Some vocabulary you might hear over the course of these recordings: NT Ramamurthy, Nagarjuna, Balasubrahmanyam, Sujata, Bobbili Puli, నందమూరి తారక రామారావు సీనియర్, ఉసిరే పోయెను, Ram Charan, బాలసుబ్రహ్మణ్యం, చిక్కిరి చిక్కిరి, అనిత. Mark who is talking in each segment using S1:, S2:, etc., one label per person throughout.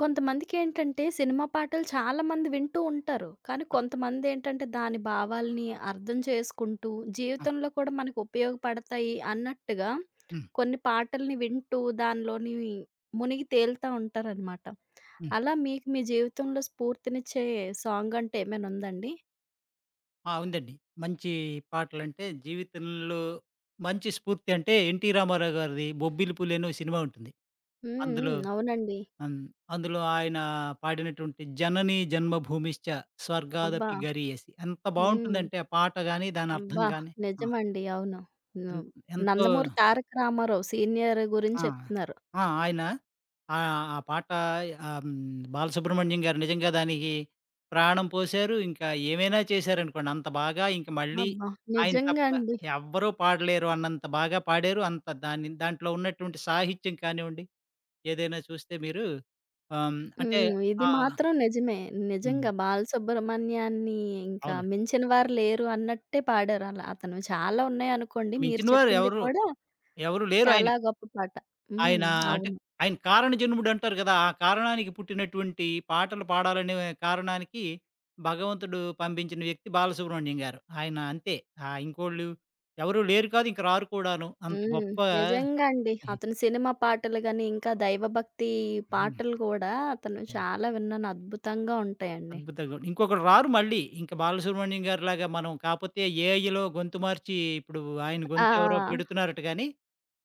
S1: కొంతమందికేంటంటే, cinema పాటలు చాలామంది వింటూ ఉంటారు. కానీ కొంతమందేంటంటే, దాని భావాల్ని అర్థం చేసుకుంటూ,
S2: ఆ!
S1: జీవితంలో కూడా మనకు ఉపయోగపడతాయి అన్నట్టుగా
S2: హ్మ్.
S1: కొన్ని పాటల్ని వింటూ, దానిలోని మునిగి తేలుతా ఉంటారనమాట.
S2: హ్మ్.
S1: అలా మీకు మీ జీవితంలో స్ఫూర్తినిచ్చే సాంగ్ అంటే ఏమైనా ఉందండి?
S2: ఆ! ఉందండి. మంచి పాటలంటే జీవితంలో మంచి స్ఫూర్తి అంటే 'ఎన్టీ రామారావు' గారిది 'బొబ్బిలి పులి' అనో సినిమా ఉంటుంది.
S1: హ్మ్.
S2: అందులో
S1: హ్మ్. అవునండి.
S2: అన్ అందులో ఆయన పాడినటువంటి 'జనని జన్మభూమిశ్చ
S1: అబ్బా!
S2: స్వర్గాదపి గరీయసి' ఎంత
S1: హ్మ్.
S2: బావుంటుందంటే ఆ పాట గాని దాని అర్థం
S1: అబ్బా!
S2: గాని. ఆ!
S1: నిజమండి. అవును. హ్మ్.
S2: ఎన్ ఎంతో
S1: నందమూరి తారక రామారావు సీనియర్ గురించి
S2: ఆ!
S1: చెప్తున్నారు.
S2: ఆ! ఆయన ఆ పాట ఆహ్, హ్మ్, 'బాలసుబ్రహ్మణ్యం' గారు నిజంగా దానికి ప్రాణం పోశారు. ఇంకా ఏమైనా చేశారనుకోండి. అంత బాగా ఇంక మళ్ళీ
S1: అబ్బా!
S2: ఆయన
S1: నిజంగా
S2: తప్ప
S1: అండి.
S2: ఎవ్వరూ పాడలేరు అన్నంత బాగా పాడారు. అంత దాన్ని దాంట్లో ఉన్నటువంటి సాహిత్యం కానివ్వండి, ఏదైనా చూస్తే మీరు అంటే.
S1: హ్మ్. ఇది
S2: ఆ!
S1: మాత్రం నిజమే.
S2: హ్మ్.
S1: నిజంగా బాలసుబ్రహ్మణ్యాన్ని ఇంకా
S2: అవును.
S1: మించిన వారు లేరు అన్నట్టే పాడారు అలా అతను. చాలా ఉన్నాయనుకోండి మీరు
S2: మించిన వారు
S1: చెప్పింది
S2: ఎవరు,
S1: కూడా
S2: ఎవరు లేరు
S1: చాలా
S2: ఆయనకి.
S1: గొప్ప పాట. హ్మ్.
S2: ఆయన అంటే
S1: అవును.
S2: ఆయన కారణ జన్ముడు అంటారు కదా! ఆ కారణానికి పుట్టినటువంటి పాటలు పాడాలనే కారణానికి భగవంతుడు పంపించిన వ్యక్తి బాలసుబ్రహ్మణ్యం గారు. ఆయన అంతే. ఇంకోళ్ళు ఎవరు లేరు కాదు, ఇంక రారు కూడాను. అంత
S1: హ్మ్.
S2: గొప్ప.
S1: నిజంగా అండి. అతని సినిమా పాటలు గాని, ఇంకా దైవభక్తి
S2: హ్మ్.
S1: పాటలు కూడా అతను
S2: హ్మ్.
S1: చాలా విన్నాను. అద్భుతంగా ఉంటాయండి.
S2: అద్భుతంగా ఇంకొకళ్ళు రారు మళ్ళీ. ఇంక బాలసుబ్రహ్మణ్యం గారిలాగా మనం కాపోతే ఏఐలో గొంతు మార్చి ఇప్పుడు ఆయన గొంతు ఎవరో
S1: ఆ!
S2: పెడుతున్నారట గానీ,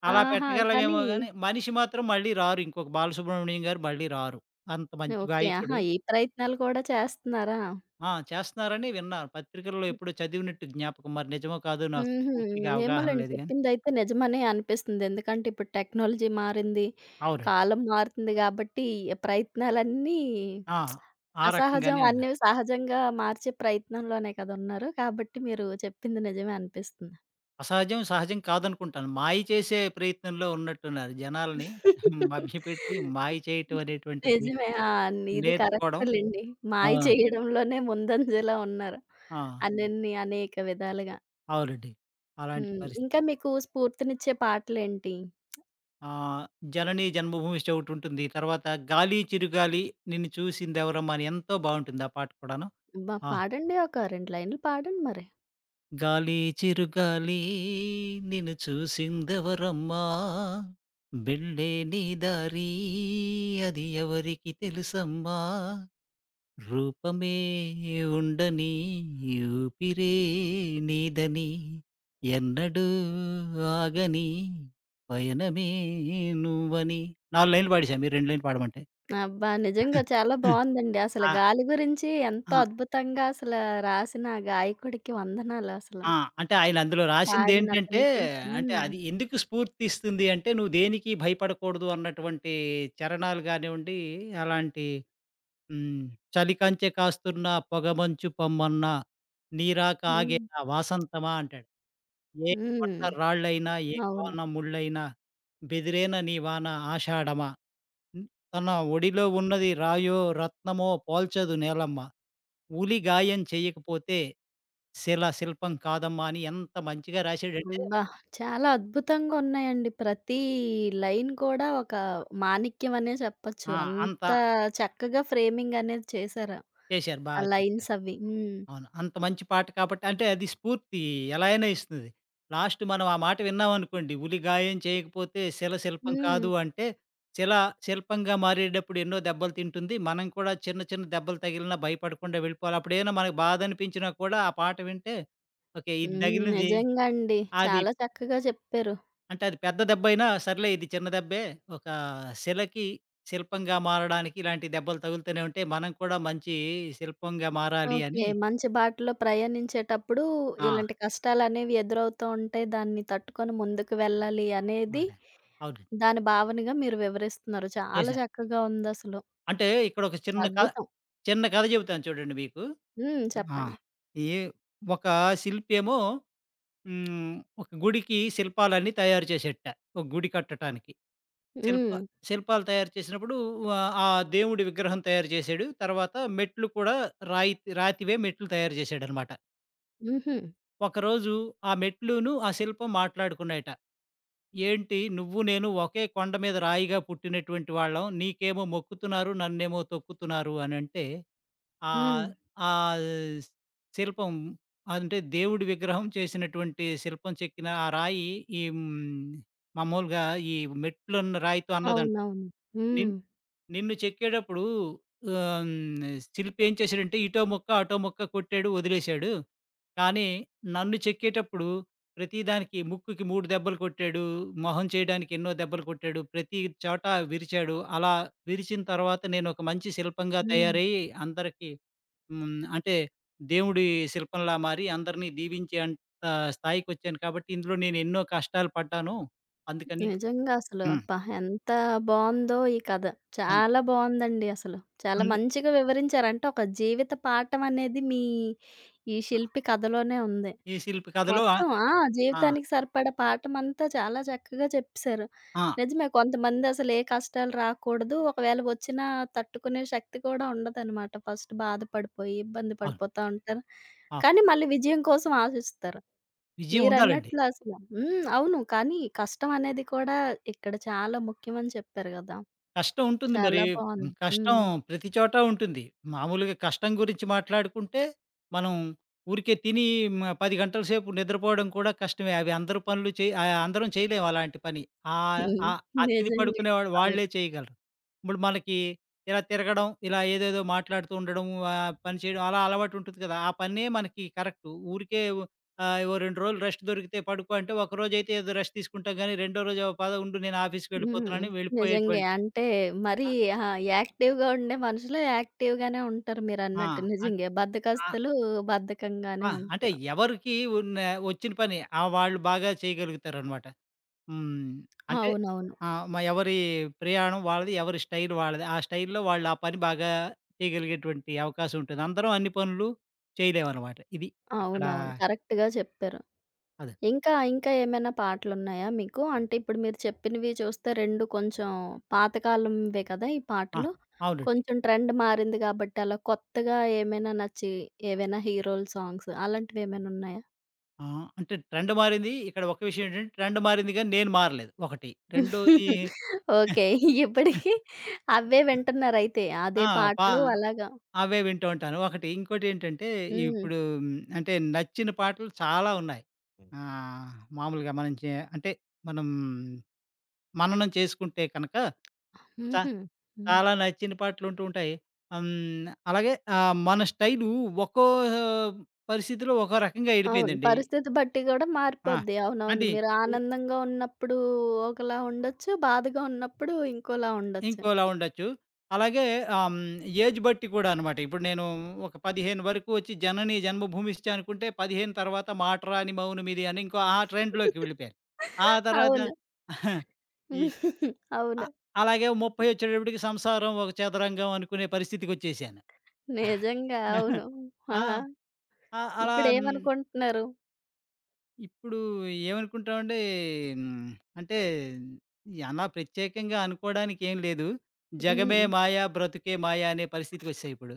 S2: అలా
S1: ఆహా! కానీ
S2: పెట్టగలమేమో గానీ, మనిషి మాత్రం మళ్ళీ రారు. ఇంకొక బాలసుబ్రహ్మణ్యం గారు మళ్ళీ రారు. అంత మంచి
S1: ఓకే. ఆహా!
S2: గాయకుడు.
S1: ఈ ప్రయత్నాలు కూడా చేస్తున్నారా?
S2: ఆ! చేస్తున్నారని విన్నాను. పత్రికల్లో ఎప్పుడో చదివినట్టు జ్ఞాపకం. మరి నిజమో కాదో నాకు
S1: హుహు.
S2: పూర్తిగా అవగాహన
S1: ఏమోలెండి
S2: లేదు గానీ.
S1: చెప్పిందైతే నిజమనే అనిపిస్తుంది. ఎందుకంటే ఇప్పుడు టెక్నాలజీ మారింది.
S2: అవునండి.
S1: కాలం మారుతుంది గాబట్టి ప్రయత్నాలన్నీ
S2: ఆ! ఆ
S1: అసహజం
S2: రకంగానే
S1: అన్నీ
S2: ఉన్నారు.
S1: సహజంగా మార్చే ప్రయత్నంలోనే కదా ఉన్నారు. కాబట్టి మీరు చెప్పింది నిజమే అనిపిస్తుంది.
S2: అసహజం, సహజం కాదనుకుంటాను. మాయ చేసే ప్రయత్నంలో ఉన్నట్టున్నారు. జనాల్ని మభ్యపెట్టి మాయ చేయటం అనేటువంటిది
S1: నిజమే. ఆ! ఇది
S2: నేర్చుకోవడం.
S1: కరెక్టేలెండి.
S2: ఆ!
S1: మాయ చేయడంలోనే ముందంజలో ఉన్నారు.
S2: ఆ!
S1: అనన్ని అనేక విధాలుగా.
S2: అవునండి. అలాంటి
S1: హ్మ్.
S2: పరిస్థితి.
S1: ఇంకా మీకు స్ఫూర్తినిచ్చే పాటలేంటి?
S2: ఆహ్, 'జనని జన్మభూమిష్ట' ఒకటుంటుంది. తర్వాత 'గాలి చిరుగాలి నిన్ను చూసిందెవరమ్మా' అని ఎంతో బావుంటుంది ఆ పాట కూడాను.
S1: అబ్బా!
S2: ఆ!
S1: పాడండి. ఒక 2 లైన్లు పాడండి మరి.
S2: గాలి చిరుగాలి, నిన్ను చూసిందెవరమ్మా, వెళ్ళే నీ దారి అది ఎవరికి తెలుసమ్మా, రూపమే ఉండని, ఊపిరే నీదని, ఎన్నడూ ఆగని పయనమే నువ్వని. నాలుగు లైన్లు పాడేశా మీరు రెండు లైన్లు పాడమంటే.
S1: అబ్బా! నిజంగా చాలా బావుందండి. అసలు గాలి గురించి ఎంతో
S2: ఆ!
S1: అద్భుతంగా అసలు రాసిన ఆ గాయకుడికి వందనాలు అసలు.
S2: ఆ! అంటే ఆయన అందులో
S1: పాడిన
S2: రాసిందేంటంటే,
S1: అతనికి.
S2: అంటే
S1: హ్మ్.
S2: అది ఎందుకు స్ఫూర్తిస్తుంది అంటే, నువ్వు దేనికి భయపడకూడదు అన్నటువంటి చరణాలు గానివ్వండి, అలాంటి. హ్మ్. చలికంచె కాస్తున్న, పొగమంచు పొమ్మన్న, నీరాక
S1: హ్మ్.
S2: ఆగేనా వాసంతమా అంటాడు. ఏ
S1: హ్మ్.
S2: కొండ రాళ్ళైనా, ఏ
S1: అవును.
S2: కోన ముళ్ళైనా, బెదిరేన నీ వాన ఆషాఢమా. హ్మ్. తన ఒడిలో ఉన్నది రాయో, రత్నమో పోల్చదు నేలమ్మ, ఉలి గాయం చెయ్యకపోతే శిలా శిల్పం కాదమ్మా! అని ఎంత మంచిగా రాశాడంటే.
S1: అబ్బా! చాలా అద్భుతంగా ఉన్నాయండి. ప్రతి లైన్ కూడా ఒక మాణిక్యం అనే చెప్పొచ్చు.
S2: ఆ!
S1: అంత
S2: అంత
S1: చక్కగా ఫ్రేమింగ్ అనేది చేశారు.
S2: చేశారు. బా
S1: ఆ
S2: చేశారు.
S1: లైన్స్ అవి. హ్మ్.
S2: అవును. అంత మంచి పాట కాబట్టి అంటే అది స్ఫూర్తి ఎలా అయినా ఇస్తుంది. లాస్ట్ మనం ఆ మాట విన్నామనుకోండి, ఉలి గాయం చేయకపోతే శిల శిల్పం
S1: హ్మ్.
S2: కాదు అంటే, శిల శిల్పంగా మారేటప్పుడు ఎన్నో దెబ్బలు తింటుంది. మనం కూడా చిన్న చిన్న దెబ్బలు తగిలినా భయపడకుండా వెళ్ళిపోవాలి. అప్పుడేమైనా మనకు బాధ అనిపించినా కూడా ఆ పాట వింటే ఓకే. ఇది
S1: హ్మ్.
S2: తగిలింది.
S1: నిజంగా అండి.
S2: అది
S1: చాలా చక్కగా చెప్పారు.
S2: అంటే అది పెద్ద దెబ్బయినా సర్లే ఇది చిన్న దెబ్బే. ఒక శిలకి శిల్పంగా మారడానికి ఇలాంటి దెబ్బలు తగులుతూనే ఉంటే మనం కూడా మంచి శిల్పంగా మారాలి
S1: ఓకే.
S2: అని.
S1: మంచి బాటలో ప్రయాణించేటప్పుడు
S2: ఆ!
S1: ఇలాంటి కష్టాలనేవి ఎదురవుతూ ఉంటాయి. దాన్ని తట్టుకొని ముందుకు వెళ్ళాలి అనేది
S2: మారా. అవునండి.
S1: దాని భావనగా మీరు వివరిస్తున్నారు. చాలా
S2: చేశా.
S1: చక్కగా ఉందసలు.
S2: అంటే ఇక్కడొక
S1: అద్భుతం.
S2: చిన్న కథ చెబుతాను చూడండి మీకు.
S1: హ్మ్.
S2: ఆ!
S1: చెప్పండి.
S2: ఈ ఒక శిల్పేమో. హ్మ్. ఒక గుడికి శిల్పాలన్నీ తయారు చేసేట. ఒక గుడి కట్టటానికి. శిల్ప
S1: హ్మ్.
S2: శిల్పాలు తయారు చేసినప్పుడు ఆ దేవుడి విగ్రహం తయారు చేశాడు. తర్వాత మెట్లు కూడా రాయి రాతివే మెట్లు తయారు చేశాడనమాట.
S1: హుహు.
S2: ఒకరోజు ఆ మెట్లును, ఆ శిల్పం మాట్లాడుకున్నాయట. "ఏంటి నువ్వు నేను ఒకే కొండ మీద రాయిగా పుట్టినటువంటి వాళ్ళం. నీకేమో మొక్కుతున్నారు, నన్నేమో తొక్కుతున్నారు" అనంటే
S1: హ్మ్.
S2: ఆహ్, ఆ ఆ శిల్పం అంటే దేవుడి విగ్రహం చేసినటువంటి శిల్పం చెక్కిన ఆ రాయి ఈ హ్మ్, మామూలుగా ఈ మెట్లున్న రాయితో అన్నదంట.
S1: అవునవును.
S2: "నిన్
S1: హ్మ్.
S2: నిన్ను చెక్కేటప్పుడు ఆహ్, హ్మ్. శిల్పి ఏం చేశాడంటే ఇటో ముక్క, అటో ముక్క కొట్టాడు, వదిలేశాడు. కానీ నన్ను చెక్కేటప్పుడు ప్రతిదానికి ముక్కుకి 3 దెబ్బలు కొట్టాడు, మొహం చేయడానికి ఎన్నో దెబ్బలు కొట్టాడు, ప్రతి చోట విరిచాడు. అలా విరిచిన తర్వాత నేనొక మంచి శిల్పంగా
S1: హ్మ్.
S2: తయారయ్యి అందరికి. హ్మ్. అంటే దేవుడి శిల్పంలా మారి అందరిని దీవించేంత స్థాయికొచ్చాను కాబట్టి ఇందులో నేనెన్నో కష్టాలు పడ్డాను. అందుకని.
S1: నిజంగా అసలు
S2: హ్మ్.
S1: అబ్బా! ఎంత బావుందో ఈ కథ.
S2: ఆ!
S1: చాలా బావుందండి అసలు. చాలా
S2: ఉంది.
S1: మంచిగా వివరించారు. అంటే ఒక జీవిత పాఠం అనేది మీ ఈ శిల్పి కథలోనే ఉంది.
S2: ఈ శిల్పి కథలో. ఆ!
S1: మొత్తం ఆ!
S2: ఆ!
S1: జీవితానికి సరిపడా పాఠమంతా చాలా చక్కగా చెప్పేశారు.
S2: ఆ!
S1: నిజమే కొంతమందసలు ఏ కష్టాలు రాకూడదు. ఒకవేళ వచ్చినా తట్టుకునే శక్తి కూడా ఉండదనమాట. ఫస్ట్ బాధపడిపోయి, ఇబ్బంది
S2: అవును.
S1: పడిపోతా ఉంటారు.
S2: ఆ!
S1: కానీ మళ్ళీ విజయం కోసం ఆశిస్తారు.
S2: విజయం ఉండాలండి.
S1: మీరన్నట్లు హ్మ్. అవును. కానీ కష్టం అనేది కూడా ఇక్కడ చాలా ముఖ్యమని చెప్పారు గదా!
S2: కష్టం ఉంటుంది మరి.
S1: చాలా
S2: హ్మ్.
S1: బావుంది. హ్మ్.
S2: కష్టం ప్రతి చోటా ఉంటుంది. మామూలుగా కష్టం గురించి మాట్లాడుకుంటే, మనం ఊరికే తిని 10 గంటల సేపు నిద్రపోవడం కూడా కష్టమే. అవి అందరు అందరం చేయలేము అలాంటి పని. ఆహ్,
S1: హ్మ్.
S2: ఆహ్, ఆ తిని
S1: నిజంగే.
S2: పడుకునే వాళ్ళు వాళ్ళే
S1: అవును.
S2: చేయగలరు. ఇప్పుడు మనకి ఇలా తిరగడం, ఇలా ఏదేదో మాట్లాడుతూ ఉండడం, పని చేయడం అలా అలవాటు ఉంటుంది కదా! ఆ పనే మనకి కరెక్టు. ఊరికే ఓ 2 రోజులు రెస్ట్ దొరికితే పడుకో అంటే, ఒకరోజైతే ఏదో రెస్ట్ తీసుకుంటాం గానీ, రెండో రోజు "ఓ పద ఉండు నేను
S1: హ్మ్.
S2: ఆఫీస్‌కెళ్ళిపోతున్నానని
S1: నిజంగే.
S2: వెళ్ళిపోయేటువంటి.
S1: అంటే మరీ ఆ! యాక్టివ్‌గా ఉండే మనుషులు యాక్టివ్‌గానే ఉంటారు
S2: ఆ!
S1: మీరన్నట్టు.
S2: అన్
S1: నిజంగే.
S2: ఆహ్,
S1: బద్ధకస్తులు బద్ధకంగానే
S2: ఆ! అంటే
S1: ఉంటారు.
S2: ఎవరికి ఉన్న వచ్చిన పని వాళ్ళు బాగా చేయగలుగుతారనమాట. హ్మ్. అంటే
S1: అవునవును.
S2: ఆహ్, మ ఎవరి ప్రయాణం వాళ్ళది, ఎవరి స్టైల్ వాళ్ళది. ఆ స్టైల్‌లో వాళ్ళు ఆ పని బాగా చేయగలిగేటువంటి అవకాశం ఉంటుంది. అందరం అన్ని పనులు చేయలేమనమాట. ఇది ఇక్కడ
S1: అవునవును. కరెక్ట్‌గా చెప్పారు.
S2: అదే.
S1: ఇంకా, ఏమైనా పాటలున్నాయా మీకు? అంటే ఇప్పుడు మీరు చెప్పినవి చూస్తే 2 కొంచెం పాతకాలంవే కదా! ఈ
S2: ఆ!
S1: పాటలు.
S2: అవునండి.
S1: కొంచెం ట్రెండ్ మారింది కాబట్టి అలా కొత్తగా ఏమైనా నచ్చి ఏవైనా హీరోల సాంగ్స్ అలాంటివేమైనా ఉన్నాయా?
S2: ఆ! అంటే ట్రెండ్ మారింది. ఇక్కడ ఒక విషయం ఏంటంటే ట్రెండ్ మారింది గానీ నేను మారలేదు ఒకటి. రెండోది.
S1: ఓకే. ఇప్పటికి అవే వింటున్నారయితే. అదే
S2: ఆ! పా
S1: పాటలు అలాగా.
S2: అవే వింటూ ఉంటాను. ఒకటి. ఇంకోటేంటంటే,
S1: హ్మ్.
S2: ఇప్పుడు. హ్మ్. అంటే నచ్చిన పాటలు చాలా ఉన్నాయి. ఆహ్, మామూలుగా మనం చే అంటే మనం మననం చేసుకుంటే కనుక చ
S1: హుహు. హ్మ్.
S2: చాలా నచ్చిన పాటలుంటూ ఉంటాయి. హ్మ్. అలాగే మన స్టైలు ఒక్కో పరిస్థితిలో ఒక్కో రకంగా
S1: అవును.
S2: ఎళ్ళిపోయిందండి.
S1: పరిస్థితి బట్టి గూడా
S2: ఆ!
S1: మారిపోద్ది. అవునవును.
S2: అంటే
S1: మీరు ఆనందంగా ఉన్నప్పుడు ఒకలా ఉండొచ్చు. బాధగా ఉన్నప్పుడు ఇంకోలా ఉండొచ్చు.
S2: ఇంకోలా ఉండొచ్చు. అలాగే ఆహ్, హ్మ్, ఏజ్ బట్టి కూడా అనమాట. ఇప్పుడు నేను ఒక 15 వరకు వచ్చి 'జనని జన్మభూమిశ్చ' అనుకుంటే 15 తర్వాత 'మాటరాని మౌనమిది' అని ఇంకో ఆ ట్రెండ్‌లోకి వెళ్ళిపోయాను. ఆ తర్వాత
S1: అవును.
S2: ఈ అ
S1: అవును.
S2: అలాగే 30 వచ్చేటప్పటికి 'సంసారం ఒక చదరంగం' అనుకునే పరిస్థితికొచ్చేసాను.
S1: నిజంగా. అవును. ఆ!
S2: ఆ! ఆ! అలా. హ్మ్.
S1: ఇప్పుడేమనుకుంటున్నారు?
S2: ఇప్పుడు ఏమనుకుంటామంటే హ్మ్, అంటే అలా ప్రత్యేకంగా అనుకోవడానికి ఏం లేదు. జగమే
S1: హ్మ్.
S2: మాయ, బ్రతుకే మాయ అనే పరిస్థితికొచ్చేసా ఇప్పుడు.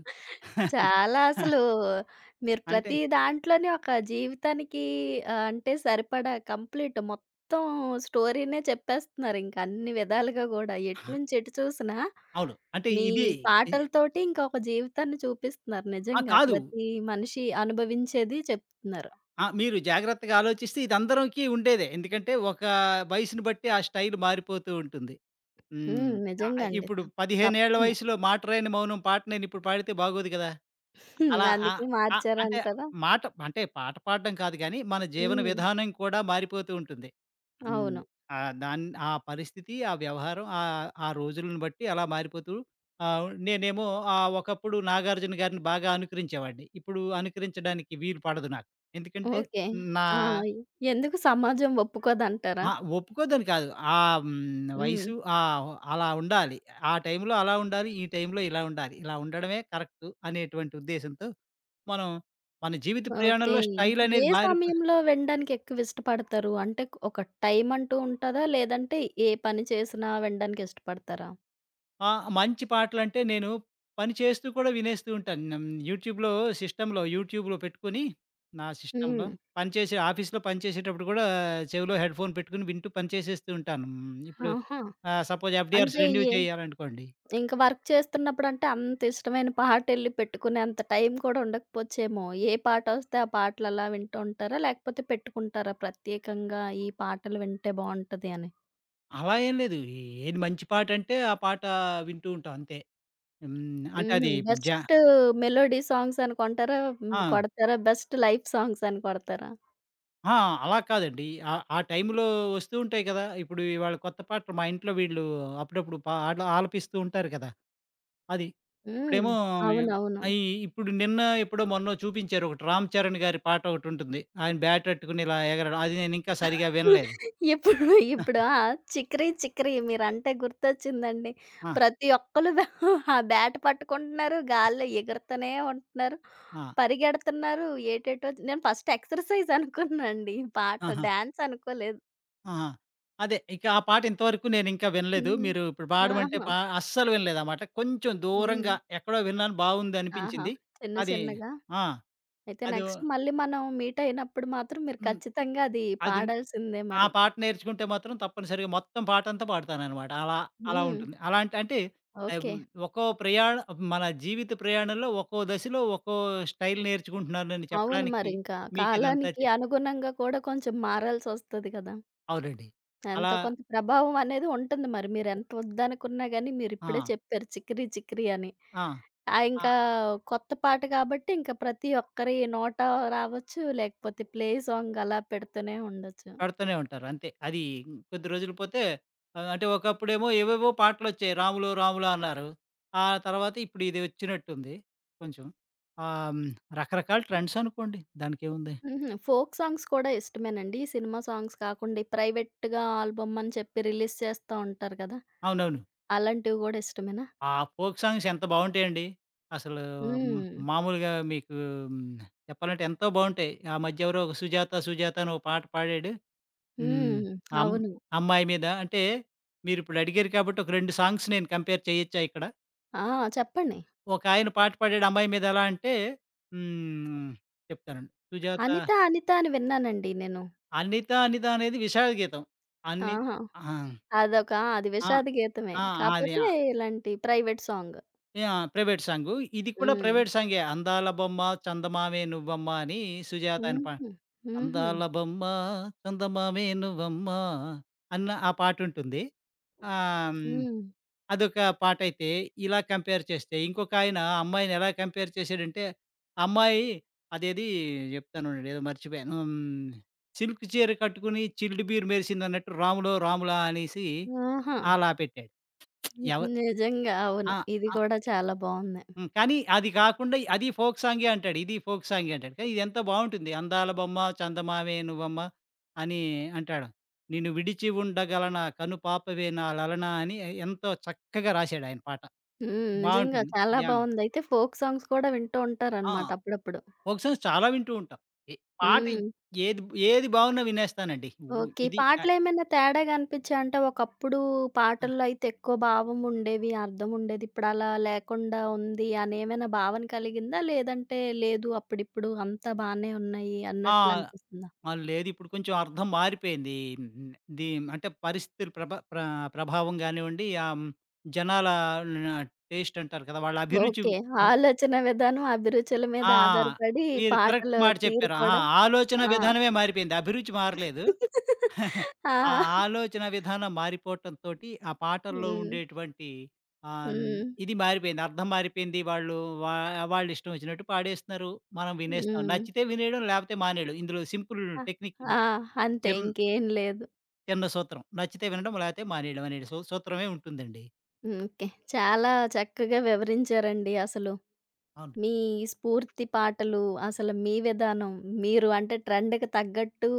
S1: చాలా అసలు మీరు
S2: అంటే
S1: ప్రతి దాంట్లోనే ఒక జీవితానికి ఆహ్, అంటే సరిపడా కంప్లీట్ మొత్తం స్టోరీనే చెప్పేస్తున్నారు. ఇంక అన్ని విధాలుగా గూడా. ఎటు నుంచి ఎటు చూసినా
S2: అవును.
S1: మీ
S2: ఇది-
S1: పాటలతోటి ఇంకొక జీవితాన్ని చూపిస్తున్నారు.
S2: ఆ!
S1: నిజంగా
S2: కాదు.
S1: ప్రతి మనిషి అనుభవించేది చెప్తున్నారు.
S2: ఆ! మీరు జాగ్రత్తగా ఆలోచిస్తే ఇది అందరికీ ఉండేదే. ఎందుకంటే ఒక వయసుని బట్టి ఆ స్టైల్ మారిపోతూ ఉంటుంది. హ్మ్.
S1: హ్మ్. నిజంగా అండి.
S2: ఇప్పుడు 15 ఏళ్ల
S1: తప్పకుండా.
S2: వయసులో 'మాట రాని మౌనం' పాట నేనిప్పుడు పాడితే బాగోదు కదా! అలా ఆహ్,
S1: అందుకే
S2: ఆహ్, అంటే
S1: మార్చారంటారా?
S2: మాట అంటే పాట పాడడం కాదు గానీ, మన జీవన
S1: హ్మ్.
S2: విధానం కూడా మారిపోతూ ఉంటుంది. హ్మ్.
S1: అవును.
S2: ఆహ్, దాన్ ఆ పరిస్థితి, ఆ వ్యవహారం, ఆ రోజులను బట్టి అలా మారిపోతూ. నేనేమో ఒకప్పుడు 'నాగార్జున' గారిని బాగా అనుకరించేవాడిని. ఇప్పుడు అనుకరించడానికి వీలు పడదు నాకు. ఎందుకంటే
S1: ఓకే.
S2: నా.
S1: ఆ! ఎందుకు సమాజం ఒప్పుకోదంటారా?
S2: ఆ! ఒప్పుకోద్దని కాదు. ఆహ్, హ్మ్.
S1: హ్మ్.
S2: వయసు అలా ఉండాలి. ఆ టైంలో అలా ఉండాలి. ఈ టైంలో ఇలా ఉండాలి. ఇలా ఉండడమే కరెక్టు అనేటువంటి ఉద్దేశంతో మనం మన జీవిత
S1: ఓకే.
S2: ప్రయాణంలో స్టైల్
S1: ఏ
S2: అనేది మారిపో.
S1: సమయంలో వినడానికి ఎక్కువ ఇష్టపడతారు? అంటే ఒక టైమ్ అంటూ ఉంటదా? లేదంటే ఏ పని చేసినా వినడానికి ఇష్టపడతారా?
S2: ఆ! మంచి పాటలంటే నేను పని చేస్తూ కూడా వినేస్తూ ఉంటాను. హ్మ్. యూట్యూబ్‌లో పెట్టుకొని నా సిస్టమ్‌లో
S1: హ్మ్.
S2: ఆఫీస్‌లో పనిచేసేటప్పుడు కూడా చెవిలో హెడ్‌ఫోన్ పెట్టుకొని వింటూ పని చేసేస్తూ ఉంటాను. హ్మ్. ఇప్పుడు
S1: ఆహా!
S2: సపోజ్ ఎఫ్‌డిఆర్స్
S1: అంటే
S2: రెన్యూ
S1: ఏ
S2: చేయాలనుకోండి.
S1: ఇంక వర్క్ చేస్తున్నప్పుడంటే అంత ఇష్టమైన పాటెళ్లి పెట్టుకునేంత టైం కూడా ఉండకపోవచ్చేమో. ఏ పాటొస్తే ఆ పాటలలా వింటూ ఉంటారా? లేకపోతే పెట్టుకుంటారా ప్రత్యేకంగా ఈ పాటలు వింటే బావుంటది అని?
S2: అలా ఏం లేదు. ఏది మంచి పాటంటే ఆ పాట వింటూ ఉంటాం అంతే. హ్మ్. అంటే
S1: హుహు.
S2: అది. జ
S1: బెస్ట్ మెలోడీ సాంగ్స్ అని కొంటారా? హ్మ్.
S2: ఆ!
S1: కొడతారా? బెస్ట్ లైఫ్ సాంగ్స్ అని కొడతారా?
S2: ఆ! అలా కాదండి. ఆ టైంలో వస్తూ ఉంటాయి కదా! ఇప్పుడు ఇవాళ కొత్త పాటలు మా ఇంట్లో వీళ్ళు అప్పుడప్పుడు అలా ఆలపిస్తూ ఉంటారు కదా! అది.
S1: హ్మ్.
S2: ఇప్పుడేమో
S1: అవునవును.
S2: అయి ఇప్పుడు నిన్న ఎప్పుడో మొన్నో చూపించారు ఒకటి 'రామ్ చరణ్' గారి పాట ఒకటుంటుంది. ఆయన బ్యాట్ పట్టుకొని ఇలా ఎగరడం. అది నేనింకా సరిగ్గా వినలేదు.
S1: ఇప్పుడు, ఇప్పుడు,
S2: ఆ!
S1: ఆ! 'చిక్కిరి చిక్కిరి' మీరంటే గుర్తొచ్చిందండి.
S2: ఆ!
S1: ప్రతి ఒక్కళ్ళు ఆ బ్యాట్ పట్టుకుంటున్నారు. గాల్లో ఎగురుతూనే ఉంటున్నారు.
S2: ఆ!
S1: పరిగెడుతున్నారు. ఏటేటో నేను ఫస్ట్ ఎక్సర్‌సైజ్ అనుకున్నానండి. ఈ పాట
S2: ఆహా!
S1: డాన్స్ అనుకోలేదు.
S2: ఆహా! అదే. ఇక ఆ పాట ఇంతవరకు నేనింకా వినలేదు.
S1: హ్మ్.
S2: మీరు ఇప్పుడు పాడమంటే
S1: ఆహా!
S2: అస్సలు వినలేదనమాట. కొంచెం
S1: హ్మ్.
S2: దూరంగా ఎక్కడో విన్నాను
S1: ఆహా!
S2: బావుందనిపించింది.
S1: చిన్న
S2: అది.
S1: చిన్నగా.
S2: ఆ!
S1: అయితే
S2: అదో.
S1: నెక్స్ట్ మళ్ళీ మనం మీట్ అయినప్పుడు మాత్రం మీరు
S2: హ్మ్.
S1: ఖచ్చితంగా అది
S2: అది.
S1: పాడాల్సిందే
S2: ఆ
S1: మరి.
S2: పాట నేర్చుకుంటే మాత్రం తప్పనిసరిగా మొత్తం పాటంతా పాడతాననమాట. అలా, అలా
S1: హ్మ్.
S2: ఉంటుంది. అలాంటి అంటే. ఆహ్,
S1: ఓకే.
S2: హ్మ్. ఒక్కో ప్రయాణ మన జీవిత ప్రయాణంలో ఒక్కో దశలో ఒక్కో స్టైల్ నేర్చుకుంటున్నానని
S1: అవును
S2: చెప్పడానికి.
S1: మరింకా.
S2: మీకిదంతా
S1: కాలానికి
S2: చెప్
S1: అనుగుణంగా కూడా కొంచెం మారాల్సొస్తది కదా!
S2: అవునండి. అలా.
S1: ఎంతో కొంత ప్రభావం అనేది ఉంటుంది మరి. మీరెంత వద్దనుకున్నా గానీ,
S2: ఆ!
S1: మీరిప్పుడే చెప్పారు 'చికిరి చికిరి' అని.
S2: ఆ!
S1: ఆ!
S2: ఆ!
S1: ఇంకా కొత్త పాట కాబట్టి, ఇంక ప్రతి ఒక్కరి నోట రావచ్చు, లేకపోతే ప్లే సాంగ్ అలా పెడుతూనే ఉండొచ్చు.
S2: పెడుతూనే ఉంటారు అంతే. అది కొద్ది రోజులు పోతే అంటే ఒకప్పుడేమో ఏవేవో పాటలొచ్చాయి. 'రాములో రాములో' అన్నారు. ఆ తర్వాత ఇప్పుడు ఇది వచ్చినట్టుంది కొంచెం. ఆహ్, హ్మ్, రకరకాల ట్రెండ్స్ అనుకోండి. దానికేముంది.
S1: హుహు. ఫోక్ సాంగ్స్ కూడా ఇష్టమేనండి? ఈ సినిమా సాంగ్స్ కాకుండా, ఈ ప్రైవేట్‌గా ఆల్బమ్ అని చెప్పి రిలీజ్ చేస్తా ఉంటారు కదా!
S2: అవునవును.
S1: అలాంటివి గూడా ఇష్టమేనా?
S2: ఆ ఫోక్ సాంగ్స్ ఎంత బావుంటాయండి. అసలు. హ్మ్,
S1: హ్మ్.
S2: మామూలుగా మీకు హ్మ్, చెప్పాలంటే ఎంతో బావుంటాయి. ఆ మధ్య ఎవరో ఒక 'సుజాత సుజాత' అని ఒక పాట పాడాడు. హ్మ్.
S1: హ్మ్.
S2: అమ్
S1: అవును.
S2: అమ్మాయి మీద అంటే మీరిప్పుడు అడిగారు కాబట్టి ఒక 2 సాంగ్స్ నేను కంపేర్ చేయొచ్చా ఇక్కడ?
S1: ఆ! చెప్పండి.
S2: ఒకాయన పాట పాడాడు అమ్మాయి మీద ఎలా అంటే. హ్మ్. చెప్తానండి. 'సుజాత'.
S1: అనిత, 'అనిత' అని విన్నానండి నేను.
S2: 'అన్నిత అనిత' అనేది విశాల గీతం. అన్ని
S1: ఆహా!
S2: ఆ!
S1: అదొక ఆ! అది
S2: ఆ!
S1: విషాద గీతమే.
S2: ఆ! అది
S1: కాపోతే
S2: ఆ!
S1: ఇలాంటి private song.
S2: Yeah! Private song. ఇది కూడా
S1: హ్మ్.
S2: ప్రైవేట్ సాంగే. 'అందాల బొమ్మ చందమామే నువ్వమ్మ' అని 'సుజాత' అని
S1: హుహు. హుహు.
S2: 'అందాల బొమ్మ చందమామే నువ్వమ్మ' అన్న ఆ పాటుంటుంది. ఆహ్, హ్మ్.
S1: హ్మ్.
S2: అదొక పాటైతే, ఇలా కంపేర్ చేస్తే, ఇంకొకాయన అమ్మాయిని ఎలా కంపేర్ చేశాడంటే, అమ్మాయి అదేది జెప్తాను ఉండండి. ఏదో మర్చిపోయాను. హ్మ్. 'సిల్క్ చీర కట్టుకొని చిల్డ్ బీర్ మెరిసిందన్నట్టు 'రాములో రాములా' అనేసి
S1: ఆహా!
S2: అలా పెట్టాడు.
S1: ని
S2: ఎవరు.
S1: నిజంగా అవును.
S2: ఆ!
S1: ఇది
S2: ఆ!
S1: కూడా చాలా బావుంది.
S2: హ్మ్. కానీ అది కాకుండా అది ఫోక్ సాంగే అంటాడు. ఇది ఫోక్ సాంగే అంటాడు. కానీ ఇదెంత బావుంటుంది. 'అందాల బొమ్మ చందమావే నువ్వమ్మ' అని అంటాడు. 'నిన్ను విడిచి ఉండగలనా కనుపాపవే నా లలనా' అని ఎంతో చక్కగా రాశాడాయన పాట.
S1: హ్మ్. నిజంగా
S2: బావుంటుంది.
S1: చాలా
S2: ధ్యానం.
S1: బావుంది. అయితే ఫోక్ సాంగ్స్ కూడా వింటూ
S2: ఆ!
S1: ఉంటారనమాట అప్పుడప్పుడు.
S2: ఫోక్ సాంగ్స్ చాలా వింటూ ఉంటాం. ఏ పాట
S1: హ్మ్.
S2: ఏది ఏది బాగున్నా వినేస్తానండి.
S1: ఓకే.
S2: ఇది ఆహ్,
S1: పాటలేమైనా తేడా గనిపిచ్చాయి? అంటే ఒకప్పుడు పాటల్లో అయితే ఎక్కువ భావం ఉండేవి, అర్థం ఉండేది. ఇప్పుడలా లేకుండా ఉంది అనేమైనా భావన కలిగిందా? లేదంటే లేదు అప్పుడిప్పుడు అంతా బానే ఉన్నాయి
S2: ఆ!
S1: అన్నట్లు అనిపిస్తుందా?
S2: ఆ! లేదు ఇప్పుడు కొంచెం అర్థం మారిపోయింది. హ్మ్. దీ అంటే పరిస్థితుల ప్రభ ప్ర ప్రభావం గానివ్వండి, జనాల టేస్ట్ అంటారు కదా! వాళ్ళ అభిరుచి.
S1: ఓకే. ఆలోచన విధానం, అభిరుచుల మీద
S2: ఆ!
S1: ఆధారపడి
S2: మీరు కరెక్ట్
S1: పాటలు
S2: మాట
S1: తీరు
S2: చెప్పారు. ఆ!
S1: కూడా
S2: ఆలోచన
S1: ఆ!
S2: విధానమే మారిపోయింది. అభిరుచి మారలేదు.
S1: ఆ!
S2: ఆ ఆలోచన విధానం మారిపోవటంతోటి ఆ పాటల్లో
S1: హ్మ్.
S2: ఉండేటువంటి. ఆమ్,
S1: హ్మ్.
S2: ఇది మారిపోయింది. అర్థం మారిపోయింది. వాళ్ళు వా వాళ్ళిష్టం వచ్చినట్టు పాడేస్తున్నారు. మనం వినేస్తున్నాం.
S1: హ్మ్.
S2: నచ్చితే వినేయడం లేకపోతే మానేయడం. ఇందులో సింపుల్
S1: ఆ!
S2: టెక్నిక్ ఇది.
S1: ఆ! అంతే
S2: చిన్
S1: ఇంకేం లేదు.
S2: చిన్న సూత్రం. నచ్చితే వినడం లేకపోతే మానేయడం అనే సూత్రమే ఉంటుందండి.
S1: హ్మ్. ఓకే. చాలా చక్కగా వివరించారండి అసలు.
S2: అవును.
S1: మీ స్ఫూర్తి పాటలు, అసలు మీ విధానం, మీరు అంటే ట్రెండ్‌కి తగ్గట్టు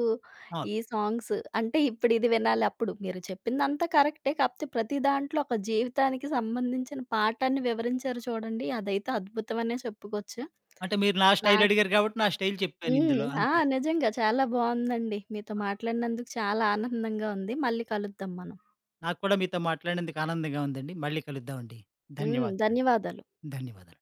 S2: అవును.
S1: ఈ సాంగ్స్ అంటే ఇప్పుడు ఇది వినాలి అప్పుడు. మీరు చెప్పిందంతా కరెక్టే. కాకపోతే ప్రతి దాంట్లో ఒక జీవితానికి సంబంధించిన పాఠాన్ని వివరించారు చూడండి. అదైతే అద్భుతమనే చెప్పుకోవచ్చు.
S2: అంటే మీరు నా స్టైల్
S1: నాకు
S2: అడిగారు కాబట్టి నా స్టైల్ చెప్పాను
S1: హ్మ్.
S2: ఇందులో
S1: ఆ!
S2: అంతే.
S1: నిజంగా చాలా బావుందండి. మీతో మాట్లాడినందుకు చాలా ఆనందంగా ఉంది. మళ్ళీ కలుద్దాం మనం.
S2: నాకు కూడా మీతో మాట్లాడినందుకు ఆనందంగా ఉందండి. మళ్ళీ కలుద్దామండి.
S1: హ్మ్.
S2: ధన్యవాదాలండి.
S1: ధన్యవాదాలు.
S2: ధన్యవాదాలు.